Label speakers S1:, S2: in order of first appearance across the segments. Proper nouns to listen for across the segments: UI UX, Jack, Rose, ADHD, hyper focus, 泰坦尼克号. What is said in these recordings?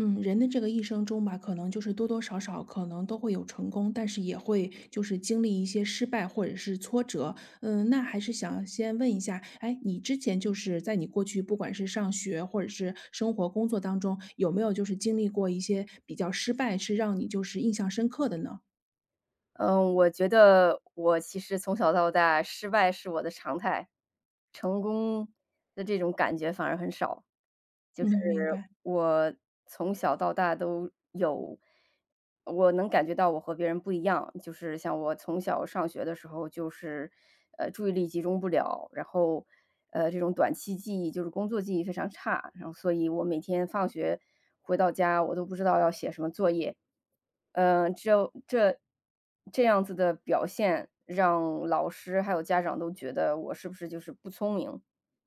S1: 嗯，人的这个一生中吧，可能就是多多少少可能都会有成功，但是也会就是经历一些失败或者是挫折。嗯，那还是想先问一下，哎，你之前就是在你过去不管是上学或者是生活工作当中，有没有就是经历过一些比较失败，是让你就是印象深刻的呢？
S2: 嗯，我觉得我其实从小到大失败是我的常态，成功的这种感觉反而很少。就是
S1: 嗯，明白。
S2: 我从小到大都有，我能感觉到我和别人不一样。就是像我从小上学的时候，就是注意力集中不了，然后这种短期记忆就是工作记忆非常差，然后所以我每天放学回到家，我都不知道要写什么作业。这这样子的表现，让老师还有家长都觉得我是不是就是不聪明？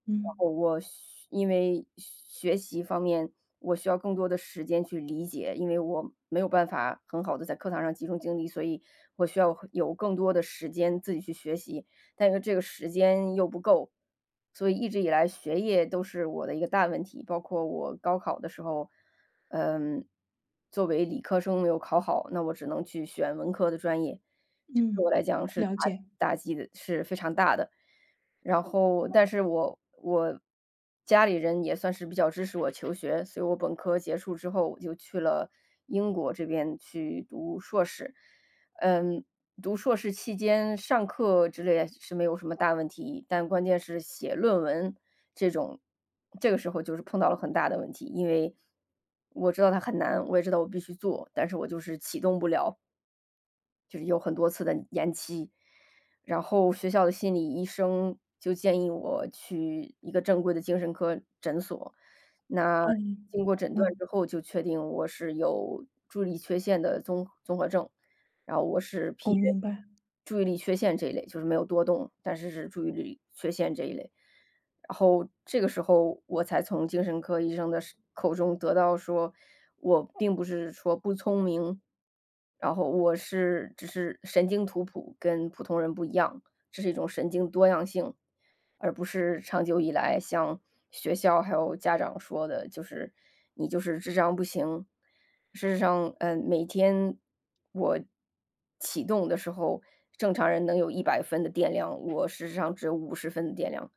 S1: 嗯
S2: 后我需因为学习方面，我需要更多的时间去理解，因为我没有办法很好的在课堂上集中精力，所以我需要有更多的时间自己去学习，但是这个时间又不够。所以一直以来学业都是我的一个大问题，包括我高考的时候，嗯，作为理科生没有考好，那我只能去选文科的专业，这对
S1: 嗯，
S2: 我来讲是
S1: 了解。
S2: 打击的是非常大的。然后但是我家里人也算是比较支持我求学，所以我本科结束之后，我就去了英国这边去读硕士。嗯，读硕士期间上课之类是没有什么大问题，但关键是写论文这种，这个时候就是碰到了很大的问题，因为我知道它很难，我也知道我必须做，但是我就是启动不了。就是有很多次的延期。然后学校的心理医生就建议我去一个正规的精神科诊所，那
S1: 嗯
S2: 经过诊断
S1: 嗯，
S2: 之后就确定我是有注意力缺陷的综合症，然后我是
S1: 我
S2: P 人
S1: 明白。
S2: 注意力缺陷这一类，就是没有多动，但是是注意力缺陷这一类。然后这个时候我才从精神科医生的是口中得到说，我并不是说不聪明，然后我是只是神经图谱跟普通人不一样，这是一种神经多样性，而不是长久以来像学校还有家长说的，就是你就是智商不行。事实上，嗯，每天我启动的时候，正常人能有100分的电量，我事实上只有50分的电量。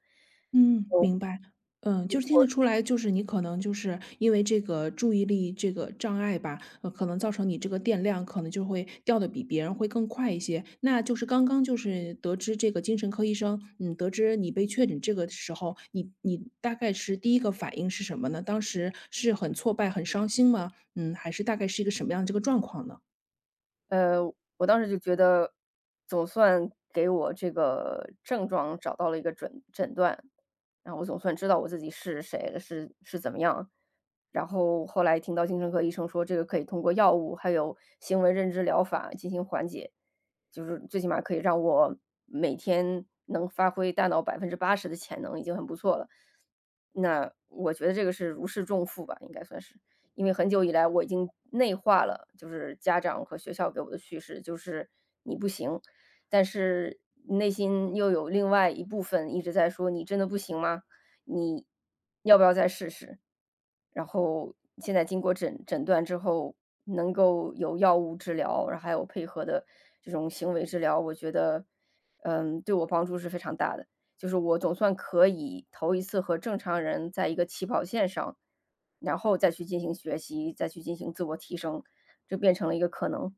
S1: 嗯，明白。嗯，就是听得出来，就是你可能就是因为这个注意力这个障碍吧，可能造成你这个电量可能就会掉的比别人会更快一些。那就是刚刚就是得知这个精神科医生，嗯，得知你被确诊这个时候，你大概是第一个反应是什么呢？当时是很挫败、很伤心吗？嗯，还是大概是一个什么样的这个状况呢？
S2: 呃，我当时就觉得，总算给我这个症状找到了一个诊断，然后我总算知道我自己是谁了，是是怎么样。然后后来听到精神科医生说，这个可以通过药物还有行为认知疗法进行缓解，就是最起码可以让我每天能发挥大脑80%的潜能，已经很不错了。那我觉得这个是如释重负吧，应该算是。因为很久以来我已经内化了，就是家长和学校给我的叙事，就是你不行，但是内心又有另外一部分一直在说你真的不行吗？你要不要再试试？然后现在经过诊断之后，能够有药物治疗，然后还有配合的这种行为治疗，我觉得，嗯，对我帮助是非常大的。就是我总算可以头一次和正常人在一个起跑线上，然后再去进行学习，再去进行自我提升，这变成了一个可能。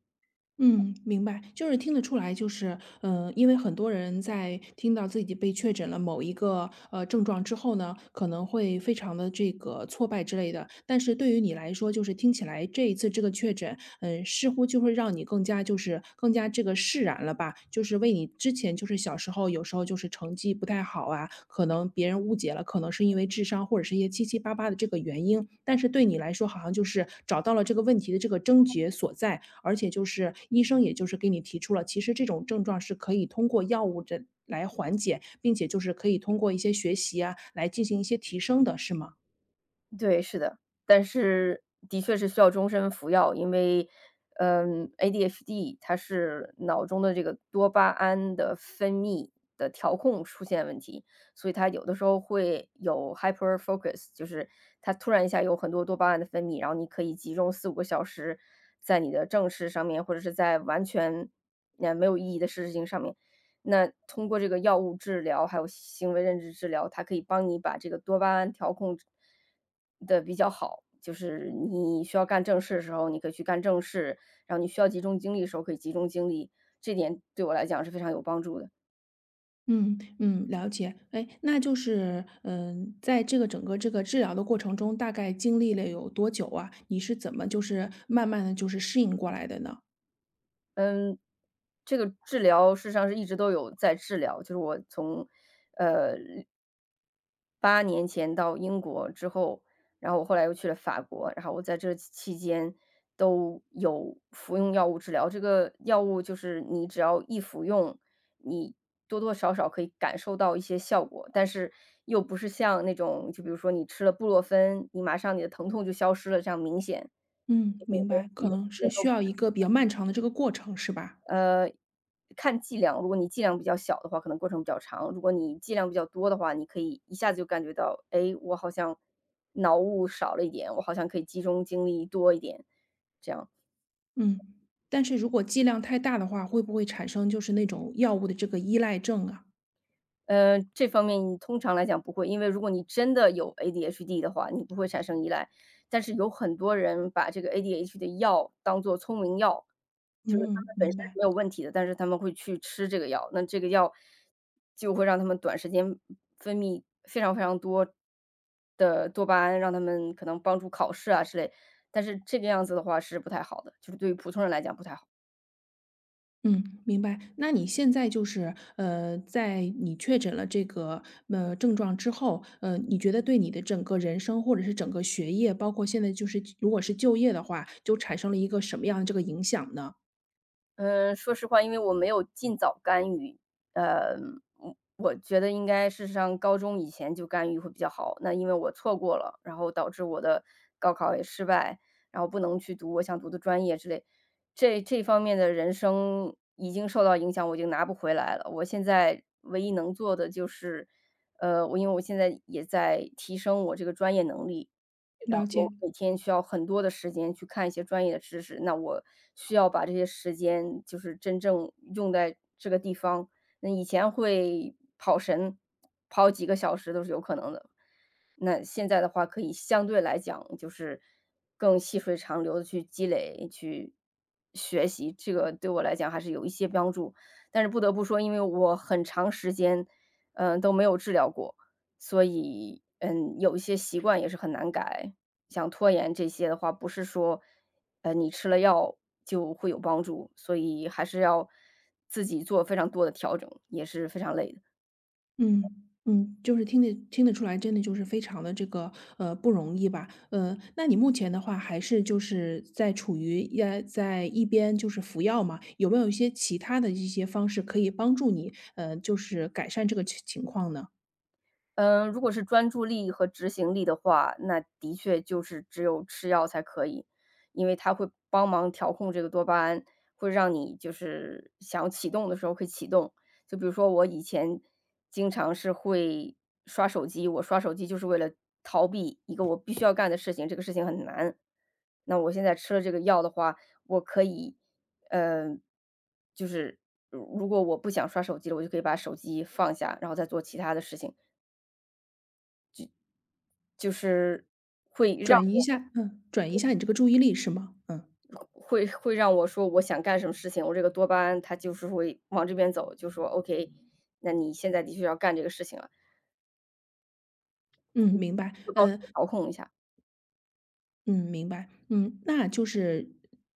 S1: 嗯，明白，就是听得出来，就是，嗯，因为很多人在听到自己被确诊了某一个症状之后呢，可能会非常的这个挫败之类的。但是对于你来说，就是听起来这一次这个确诊，嗯、似乎就会让你更加就是更加这个释然了吧？就是为你之前就是小时候有时候就是成绩不太好啊，可能别人误解了，可能是因为智商或者是一些七七八八的这个原因，但是对你来说好像就是找到了这个问题的这个症结所在，而且就是医生也就是给你提出了，其实这种症状是可以通过药物这来缓解，并且就是可以通过一些学习啊来进行一些提升的，是吗？
S2: 对，是的，但是的确是需要终身服药，因为，嗯，ADHD 它是脑中的这个多巴胺的分泌的调控出现问题，所以它有的时候会有 hyper focus,就是它突然一下有很多多巴胺的分泌，然后你可以集中4、5个小时在你的正事上面，或者是在完全，没有意义的事情上面。那通过这个药物治疗，还有行为认知治疗，它可以帮你把这个多巴胺调控的比较好。就是你需要干正事的时候，你可以去干正事，然后你需要集中精力的时候可以集中精力，这点对我来讲是非常有帮助的。
S1: 嗯嗯，了解。哎，那就是嗯，在这个整个这个治疗的过程中，大概经历了有多久啊？你是怎么就是慢慢的就是适应过来的呢？
S2: 这个治疗事实上是一直都有在治疗，就是我从，呃8年前到英国之后，然后我后来又去了法国，然后我在这期间都有服用药物治疗。这个药物就是你只要一服用，你多多少少可以感受到一些效果，但是又不是像那种就比如说你吃了布洛芬，你马上你的疼痛就消失了，这样明显。
S1: 嗯，明白，可能是需要一个比较漫长的这个过程，是吧？
S2: 看剂量，如果你剂量比较小的话，可能过程比较长；如果你剂量比较多的话，你可以一下子就感觉到，哎，我好像脑雾少了一点，我好像可以集中精力多一点，这样。
S1: 嗯，但是如果剂量太大的话，会不会产生就是那种药物的这个依赖症啊？
S2: 这方面你通常来讲不会，因为如果你真的有 ADHD 的话，你不会产生依赖。但是有很多人把这个 ADHD 的药当做聪明药，就是他
S1: 嗯，
S2: 们本身
S1: 明
S2: 是
S1: 白，
S2: 没有问题的，但是他们会去吃这个药，那这个药就会让他们短时间分泌非常非常多的多巴胺，让他们可能帮助考试啊之类。但是这个样子的话是不太好的，就是对于普通人来讲不太好。
S1: 嗯，明白。那你现在就是在你确诊了这个症状之后，你觉得对你的整个人生或者是整个学业，包括现在就是如果是就业的话，就产生了一个什么样的这个影响呢？
S2: 嗯，说实话，因为我没有尽早干预，呃，我觉得应该事实上高中以前就干预会比较好。那因为我错过了，然后导致我的高考也失败，然后不能去读我想读的专业之类，这方面的人生已经受到影响，我已经拿不回来了。我现在唯一能做的就是，我因为我现在也在提升我这个专业能力，然
S1: 了解，
S2: 后每天需要很多的时间去看一些专业的知识，那我需要把这些时间就是真正用在这个地方。那以前会跑神，跑几个小时都是有可能的。那现在的话可以相对来讲就是更细水长流的去积累、去学习，这个对我来讲还是有一些帮助。但是不得不说，因为我很长时间，嗯，都没有治疗过，所以，嗯，有一些习惯也是很难改。想拖延这些的话，不是说，你吃了药就会有帮助，所以还是要自己做非常多的调整，也是非常累的。
S1: 嗯嗯，就是听得出来，真的就是非常的这个不容易吧？那你目前的话还是就是在处于也在一边就是服药嘛？有没有一些其他的一些方式可以帮助你就是改善这个情况呢？
S2: 嗯，如果是专注力和执行力的话，那的确就是只有吃药才可以，因为它会帮忙调控这个多巴胺，会让你就是想要启动的时候可以启动。就比如说我以前经常是会刷手机，我刷手机就是为了逃避一个我必须要干的事情，这个事情很难。那我现在吃了这个药的话，我可以，呃，就是如果我不想刷手机了，我就可以把手机放下，然后再做其他的事情。就是会让
S1: 转移一
S2: 我
S1: 下，嗯，转移一下你这个注意力是吗？嗯
S2: 会让我说我想干什么事情，我这个多巴胺它就是会往这边走，就说 OK,那你现在的确要干这个事情了，
S1: 嗯，明白。
S2: 会帮我调控一下。
S1: 嗯，明白。嗯，那就是，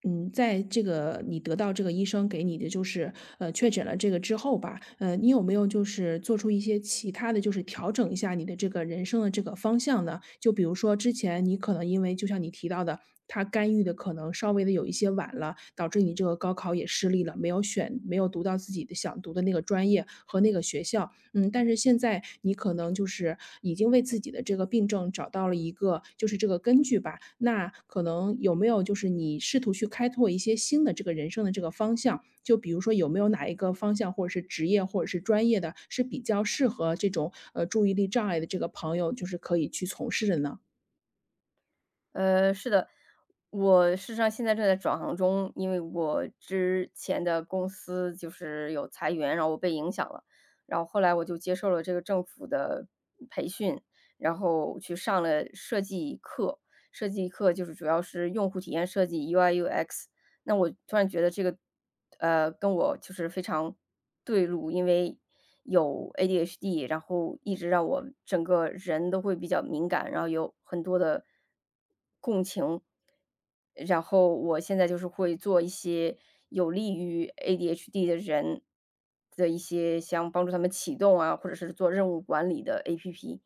S1: 嗯，在这个你得到这个医生给你的就是，确诊了这个之后吧，你有没有就是做出一些其他的就是调整一下你的这个人生的这个方向呢？就比如说之前你可能因为就像你提到的，他干预的可能稍微的有一些晚了，导致你这个高考也失利了，没有读到自己的想读的那个专业和那个学校。嗯，但是现在你可能就是已经为自己的这个病症找到了一个就是这个根据吧，那可能有没有就是你试图去开拓一些新的这个人生的这个方向？就比如说有没有哪一个方向或者是职业或者是专业的，是比较适合这种，注意力障碍的这个朋友，就是可以去从事的呢？
S2: 是的，我事实上现在正在转行中，因为我之前的公司就是有裁员，然后我被影响了，然后后来我就接受了这个政府的培训，然后去上了设计课。设计课就是主要是用户体验设计 UI UX，那我突然觉得这个，跟我就是非常对路，因为有 ADHD，然后一直让我整个人都会比较敏感，然后有很多的共情。然后我现在就是会做一些有利于 ADHD 的人的一些像帮助他们启动啊，或者是做任务管理的 APP，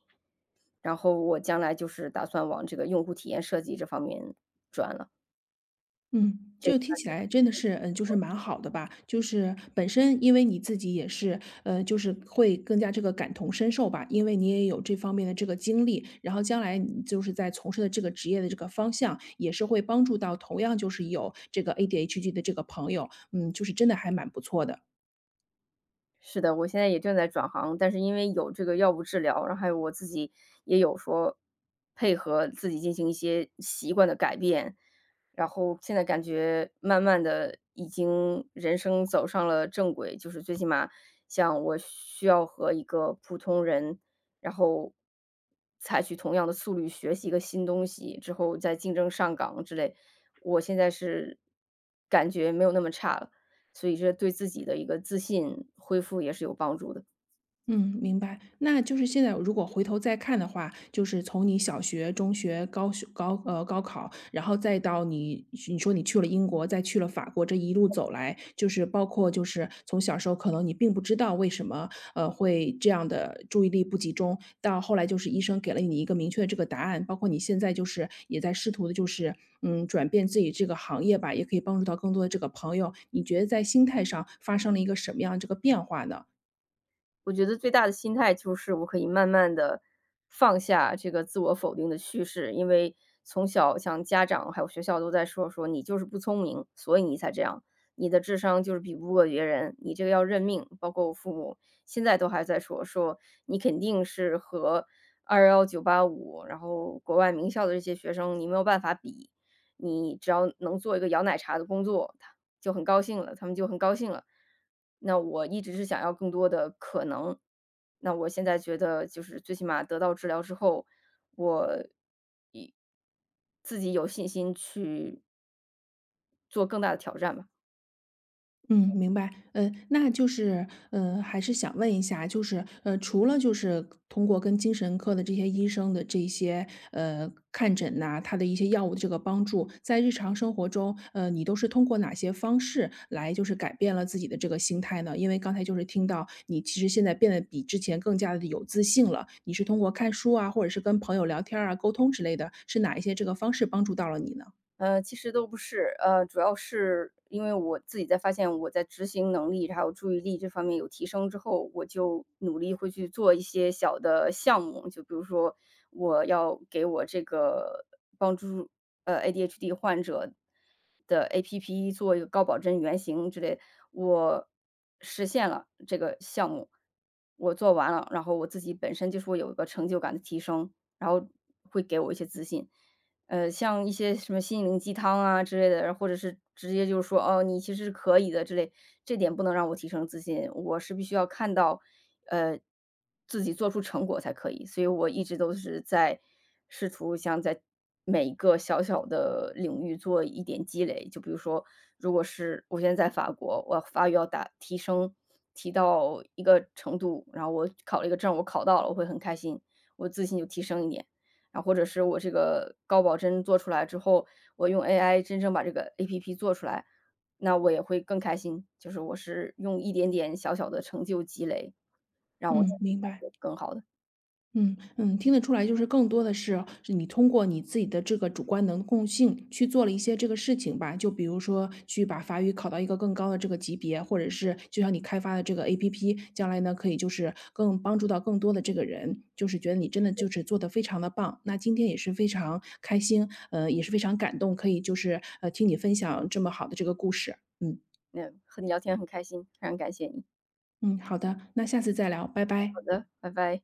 S2: 然后我将来就是打算往这个用户体验设计这方面转了。
S1: 嗯，就听起来真的是，嗯，就是蛮好的吧。就是本身因为你自己也是，就是会更加这个感同身受吧，因为你也有这方面的这个经历，然后将来你就是在从事的这个职业的这个方向，也是会帮助到同样就是有这个 ADHD 的这个朋友，嗯，就是真的还蛮不错的。
S2: 是的，我现在也正在转行，但是因为有这个药物治疗，然后还有我自己也有说配合自己进行一些习惯的改变，然后现在感觉慢慢的已经人生走上了正轨，就是最起码像我需要和一个普通人，然后采取同样的速率学习一个新东西，之后再竞争上岗之类，我现在是感觉没有那么差了。所以这对自己的一个自信恢复也是有帮助的。
S1: 嗯，明白。那就是现在如果回头再看的话，就是从你小学、中学、高考，然后再到你说你去了英国，再去了法国，这一路走来，就是包括就是从小时候可能你并不知道为什么，会这样的注意力不集中，到后来就是医生给了你一个明确的这个答案，包括你现在就是也在试图的就是，嗯，转变自己这个行业吧，也可以帮助到更多的这个朋友，你觉得在心态上发生了一个什么样的这个变化呢？
S2: 我觉得最大的心态就是我可以慢慢的放下这个自我否定的叙事，因为从小像家长还有学校都在说说你就是不聪明，所以你才这样，你的智商就是比不过别人，你这个要认命。包括我父母现在都还在说你肯定是和211 985，然后国外名校的这些学生，你没有办法比，你只要能做一个摇奶茶的工作，就很高兴了，他们就很高兴了。那我一直是想要更多的可能，那我现在觉得就是最起码得到治疗之后，我一自己有信心去做更大的挑战吧。
S1: 嗯，明白。那就是，还是想问一下，就是，除了就是通过跟精神科的这些医生的这些，看诊呐、他的一些药物的这个帮助，在日常生活中，你都是通过哪些方式来就是改变了自己的这个心态呢？因为刚才就是听到你其实现在变得比之前更加的有自信了，你是通过看书啊，或者是跟朋友聊天儿啊、沟通之类的，是哪一些这个方式帮助到了你呢？
S2: 其实都不是，主要是因为我自己在发现我在执行能力还有注意力这方面有提升之后，我就努力会去做一些小的项目，就比如说我要给我这个帮助ADHD 患者的 APP 做一个高保真原型之类，我实现了这个项目，我做完了，然后我自己本身就是会有一个成就感的提升，然后会给我一些自信。像一些什么心灵鸡汤啊之类的，或者是直接就是说，哦，你其实是可以的之类，这点不能让我提升自信，我是必须要看到，呃，自己做出成果才可以。所以我一直都是在试图想在每一个小小的领域做一点积累。就比如说，如果是我现在在法国，我法语要打提升，提到一个程度，然后我考了一个证，我考到了，我会很开心，我自信就提升一点。啊，或者是我这个高保真做出来之后，我用 AI 真正把这个 APP 做出来，那我也会更开心。就是我是用一点点小小的成就积累，让我自
S1: 嗯，
S2: 己
S1: 明
S2: 感
S1: 白。
S2: 觉更好的。
S1: 嗯嗯，听得出来，就是更多的是你通过你自己的这个主观能动性去做了一些这个事情吧。就比如说去把法语考到一个更高的这个级别，或者是就像你开发的这个 APP，将来呢可以就是更帮助到更多的这个人，就是觉得你真的就是做的非常的棒。那今天也是非常开心，也是非常感动，可以就是听你分享这么好的这个故事。嗯
S2: 那和你聊天很开心，非常感谢你。
S1: 嗯，好的，那下次再聊，拜拜。
S2: 好的，拜拜。